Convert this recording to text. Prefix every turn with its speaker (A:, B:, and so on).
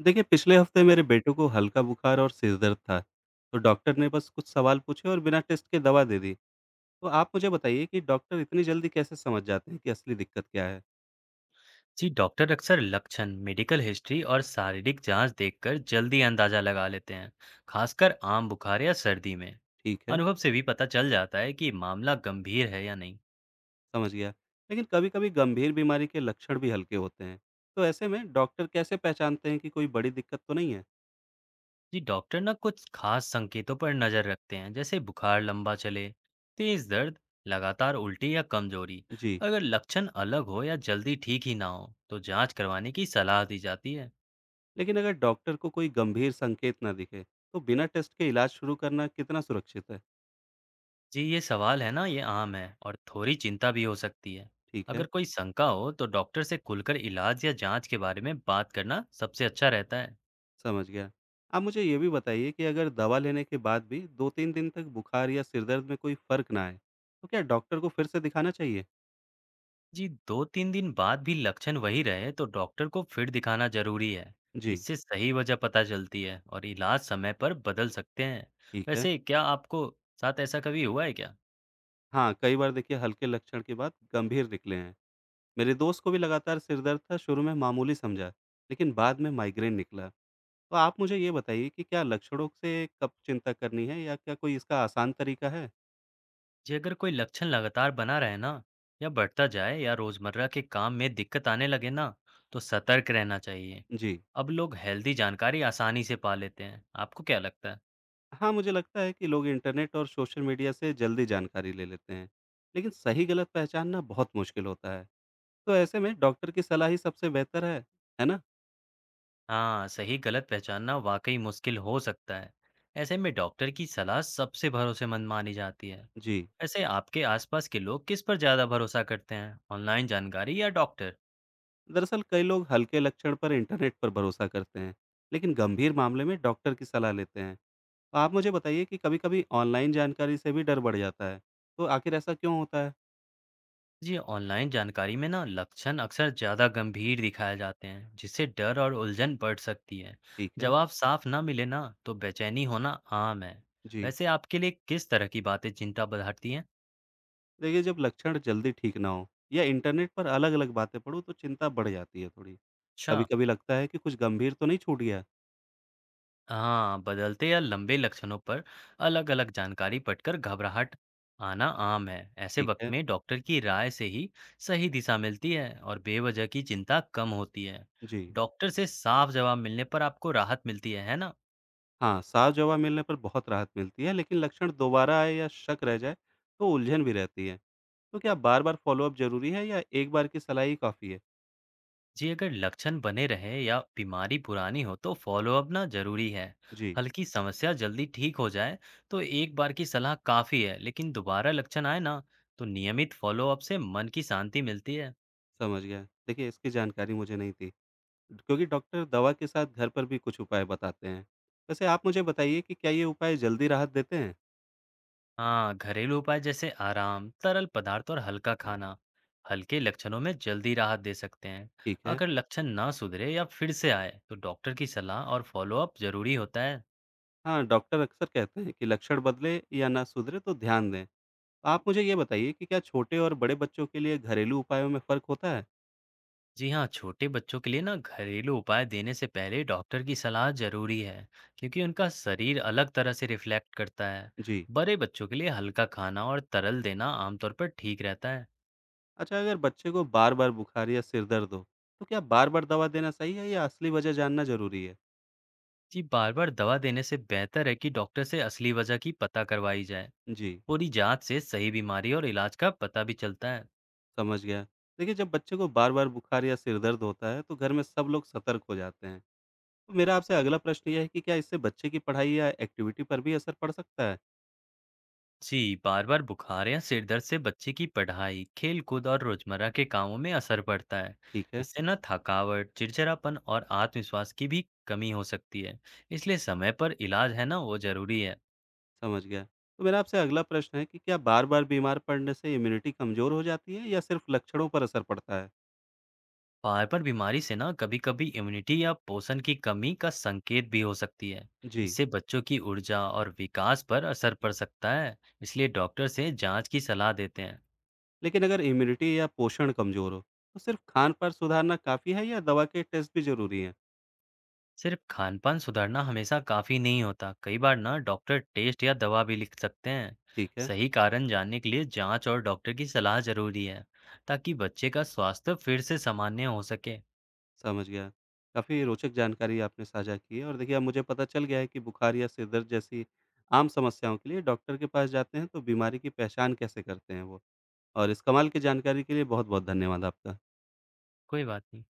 A: देखिए पिछले हफ्ते मेरे बेटे को हल्का बुखार और सिर दर्द था। तो डॉक्टर ने बस कुछ सवाल पूछे और बिना टेस्ट के दवा दे दी। तो आप मुझे बताइए कि डॉक्टर इतनी जल्दी कैसे समझ जाते हैं कि असली दिक्कत क्या है।
B: जी डॉक्टर अक्सर लक्षण मेडिकल हिस्ट्री और शारीरिक जांच देखकर जल्दी अंदाजा लगा लेते हैं। खासकर आम बुखार या सर्दी में
A: ठीक है।
B: अनुभव से भी पता चल जाता है कि मामला गंभीर है या नहीं।
A: समझ गया। लेकिन कभी कभी गंभीर बीमारी के लक्षण भी हल्के होते हैं। तो ऐसे में डॉक्टर कैसे पहचानते हैं कि कोई बड़ी दिक्कत तो नहीं है।
B: जी डॉक्टर ना कुछ खास संकेतों पर नजर रखते हैं, जैसे बुखार लंबा चले, तेज दर्द, लगातार उल्टी या कमजोरी।
A: जी।
B: अगर लक्षण अलग हो या जल्दी ठीक ही ना हो तो जांच करवाने की सलाह दी जाती है।
A: लेकिन अगर डॉक्टर को कोई गंभीर संकेत ना दिखे, तो बिना टेस्ट के इलाज शुरू करना कितना सुरक्षित है।
B: जी, ये सवाल है ना, ये आम है और थोड़ी चिंता भी हो सकती है।
A: ठीक
B: अगर
A: है।
B: कोई शंका हो तो डॉक्टर से खुलकर इलाज या जांच के बारे में बात करना सबसे अच्छा रहता है।
A: समझ गया। आप मुझे ये भी बताइए कि अगर दवा लेने के बाद भी 2-3 दिन तक बुखार या सिर दर्द में कोई फ़र्क ना आए, तो क्या डॉक्टर को फिर से दिखाना चाहिए?
B: जी, 2-3 दिन बाद भी लक्षण वही रहे तो डॉक्टर को फिर दिखाना जरूरी है।
A: जी।
B: इससे सही वजह पता चलती है और इलाज समय पर बदल सकते हैं।
A: ठीक है।
B: वैसे क्या आपको साथ ऐसा कभी हुआ है क्या?
A: हाँ, कई बार देखिए हल्के लक्षण के बाद गंभीर निकले हैं। मेरे दोस्त को भी लगातार सिर दर्द था, शुरू में मामूली समझा, लेकिन बाद में माइग्रेन निकला। तो आप मुझे ये बताइए कि क्या लक्षणों से कब चिंता करनी है या क्या कोई इसका आसान तरीका है?
B: जी अगर कोई लक्षण लगातार बना रहे ना, या बढ़ता जाए या रोजमर्रा के काम में दिक्कत आने लगे ना, तो सतर्क रहना चाहिए।
A: जी।
B: अब लोग हेल्दी जानकारी आसानी से पा लेते हैं, आपको क्या लगता है?
A: हाँ, मुझे लगता है कि लोग इंटरनेट और सोशल मीडिया से जल्दी जानकारी ले लेते हैं, लेकिन सही गलत पहचानना बहुत मुश्किल होता है। तो ऐसे में डॉक्टर की सलाह ही सबसे बेहतर है ना?
B: हाँ, सही गलत पहचानना वाकई मुश्किल हो सकता है। ऐसे में डॉक्टर की सलाह सबसे भरोसेमंद मानी जाती है।
A: जी।
B: वैसे आपके आसपास के लोग किस पर ज्यादा भरोसा करते हैं, ऑनलाइन जानकारी या डॉक्टर?
A: दरअसल कई लोग हल्के लक्षण पर इंटरनेट पर भरोसा करते हैं, लेकिन गंभीर मामले में डॉक्टर की सलाह लेते हैं। तो आप मुझे बताइए कि कभी-कभी ऑनलाइन जानकारी से भी डर बढ़ जाता है, तो आखिर ऐसा क्यों होता है?
B: जी, ऑनलाइन जानकारी में ना लक्षण अक्सर ज़्यादा गंभीर दिखाए जाते हैं, जिससे डर और उलझन बढ़ सकती है।
A: ठीक है।
B: जवाब साफ ना मिले ना तो बेचैनी होना आम है।
A: जी।
B: वैसे आपके लिए किस तरह की बातें चिंता बढ़ाती हैं?
A: देखिए, जब लक्षण जल्दी ठीक ना हो या इंटरनेट पर अलग-अलग बातें पढूँ तो चिंता बढ़ जाती है थोड़ी।
B: अच्छा,
A: कभी-कभी लगता है कि कुछ गंभीर तो नहीं छूट गया?
B: हाँ, बदलते या लंबे लक्षणों पर अलग-अलग जानकारी पढ़कर घबराहट आना आम है। ऐसे
A: ठीक
B: वक्त
A: है।
B: में डॉक्टर की राय से ही सही दिशा मिलती है और बेवजह की चिंता कम होती है।
A: जी।
B: डॉक्टर से साफ जवाब मिलने पर आपको राहत मिलती है ना?
A: हाँ, साफ जवाब मिलने पर बहुत राहत मिलती है, लेकिन लक्षण दोबारा आए या शक रह जाए तो उलझन भी रहती है। तो क्या बार-बार फ़ॉलो-अप ज़रूरी है या एक बार की सलाह ही काफ़ी है?
B: जी अगर लक्षण बने रहे या बीमारी पुरानी हो तो फॉलोअप ना जरूरी है।
A: जी।
B: हल्की समस्या जल्दी ठीक हो जाए तो एक बार की सलाह काफी है, लेकिन दोबारा लक्षण आए ना तो नियमित फॉलोअप से मन की शांति मिलती है।
A: समझ गया। देखिए, इसकी जानकारी मुझे नहीं थी क्योंकि डॉक्टर दवा के साथ घर पर भी कुछ उपाय बताते हैं। वैसे आप मुझे बताइए कि क्या ये उपाय जल्दी राहत देते हैं?
B: हाँ, घरेलू उपाय जैसे आराम, तरल पदार्थ और हल्का खाना हल्के लक्षणों में जल्दी राहत दे सकते हैं।
A: ठीक है।
B: अगर लक्षण ना सुधरे या फिर से आए तो डॉक्टर की सलाह और फॉलोअप जरूरी होता है।
A: हाँ, डॉक्टर अक्सर कहते हैं कि लक्षण बदले या ना सुधरे तो ध्यान दें। आप मुझे ये बताइए कि क्या छोटे और बड़े बच्चों के लिए घरेलू उपायों में फ़र्क होता है?
B: जी हाँ, छोटे बच्चों के लिए ना घरेलू उपाय देने से पहले डॉक्टर की सलाह जरूरी है, क्योंकि उनका शरीर अलग तरह से रिफ्लेक्ट करता है।
A: जी।
B: बड़े बच्चों के लिए हल्का खाना और तरल देना आमतौर पर ठीक रहता है।
A: अच्छा, अगर बच्चे को बार-बार बुखार या सिर दर्द हो, तो क्या बार-बार दवा देना सही है या असली वजह जानना ज़रूरी है?
B: जी बार-बार दवा देने से बेहतर है कि डॉक्टर से असली वजह की पता करवाई जाए।
A: जी।
B: पूरी जांच से सही बीमारी और इलाज का पता भी चलता है।
A: समझ गया। देखिए, जब बच्चे को बार-बार बुखार या सिर दर्द होता है, तो घर में सब लोग सतर्क हो जाते हैं। तो मेरा आपसे अगला प्रश्न ये है कि क्या इससे बच्चे की पढ़ाई या एक्टिविटी पर भी असर पड़ सकता है?
B: जी, बार बार बुखार या सिर दर्द से बच्चे की पढ़ाई, खेल कूद और रोजमर्रा के कामों में असर पड़ता है।
A: ठीक है।
B: इससे ना थकावट, चिड़चिड़ापन और आत्मविश्वास की भी कमी हो सकती है। इसलिए समय पर इलाज है ना वो जरूरी है।
A: समझ गया। तो मेरा आपसे अगला प्रश्न है कि क्या बार-बार बीमार पड़ने से इम्यूनिटी कमज़ोर हो जाती है या सिर्फ लक्षणों पर असर पड़ता है?
B: बार बार बीमारी से ना कभी कभी इम्यूनिटी या पोषण की कमी का संकेत भी हो सकती है।
A: जी।
B: इससे बच्चों की ऊर्जा और विकास पर असर पड़ सकता है। इसलिए डॉक्टर से जांच की सलाह देते हैं।
A: लेकिन अगर इम्यूनिटी या पोषण कमज़ोर हो, तो सिर्फ खान-पान सुधारना काफ़ी है या दवा के टेस्ट भी ज़रूरी हैं?
B: सिर्फ खान-पान सुधारना हमेशा काफ़ी नहीं होता। कई बार ना डॉक्टर टेस्ट या दवा भी लिख सकते हैं।
A: ठीक है।
B: सही कारण जानने के लिए जांच और डॉक्टर की सलाह ज़रूरी है, ताकि बच्चे का स्वास्थ्य फिर से सामान्य हो सके।
A: समझ गया। काफ़ी रोचक जानकारी आपने साझा की है और देखिए अब मुझे पता चल गया है कि बुखार या सिर दर्द जैसी आम समस्याओं के लिए डॉक्टर के पास जाते हैं तो बीमारी की पहचान कैसे करते हैं वो। और इस कमाल की जानकारी के लिए बहुत-बहुत धन्यवाद आपका।
B: कोई बात नहीं।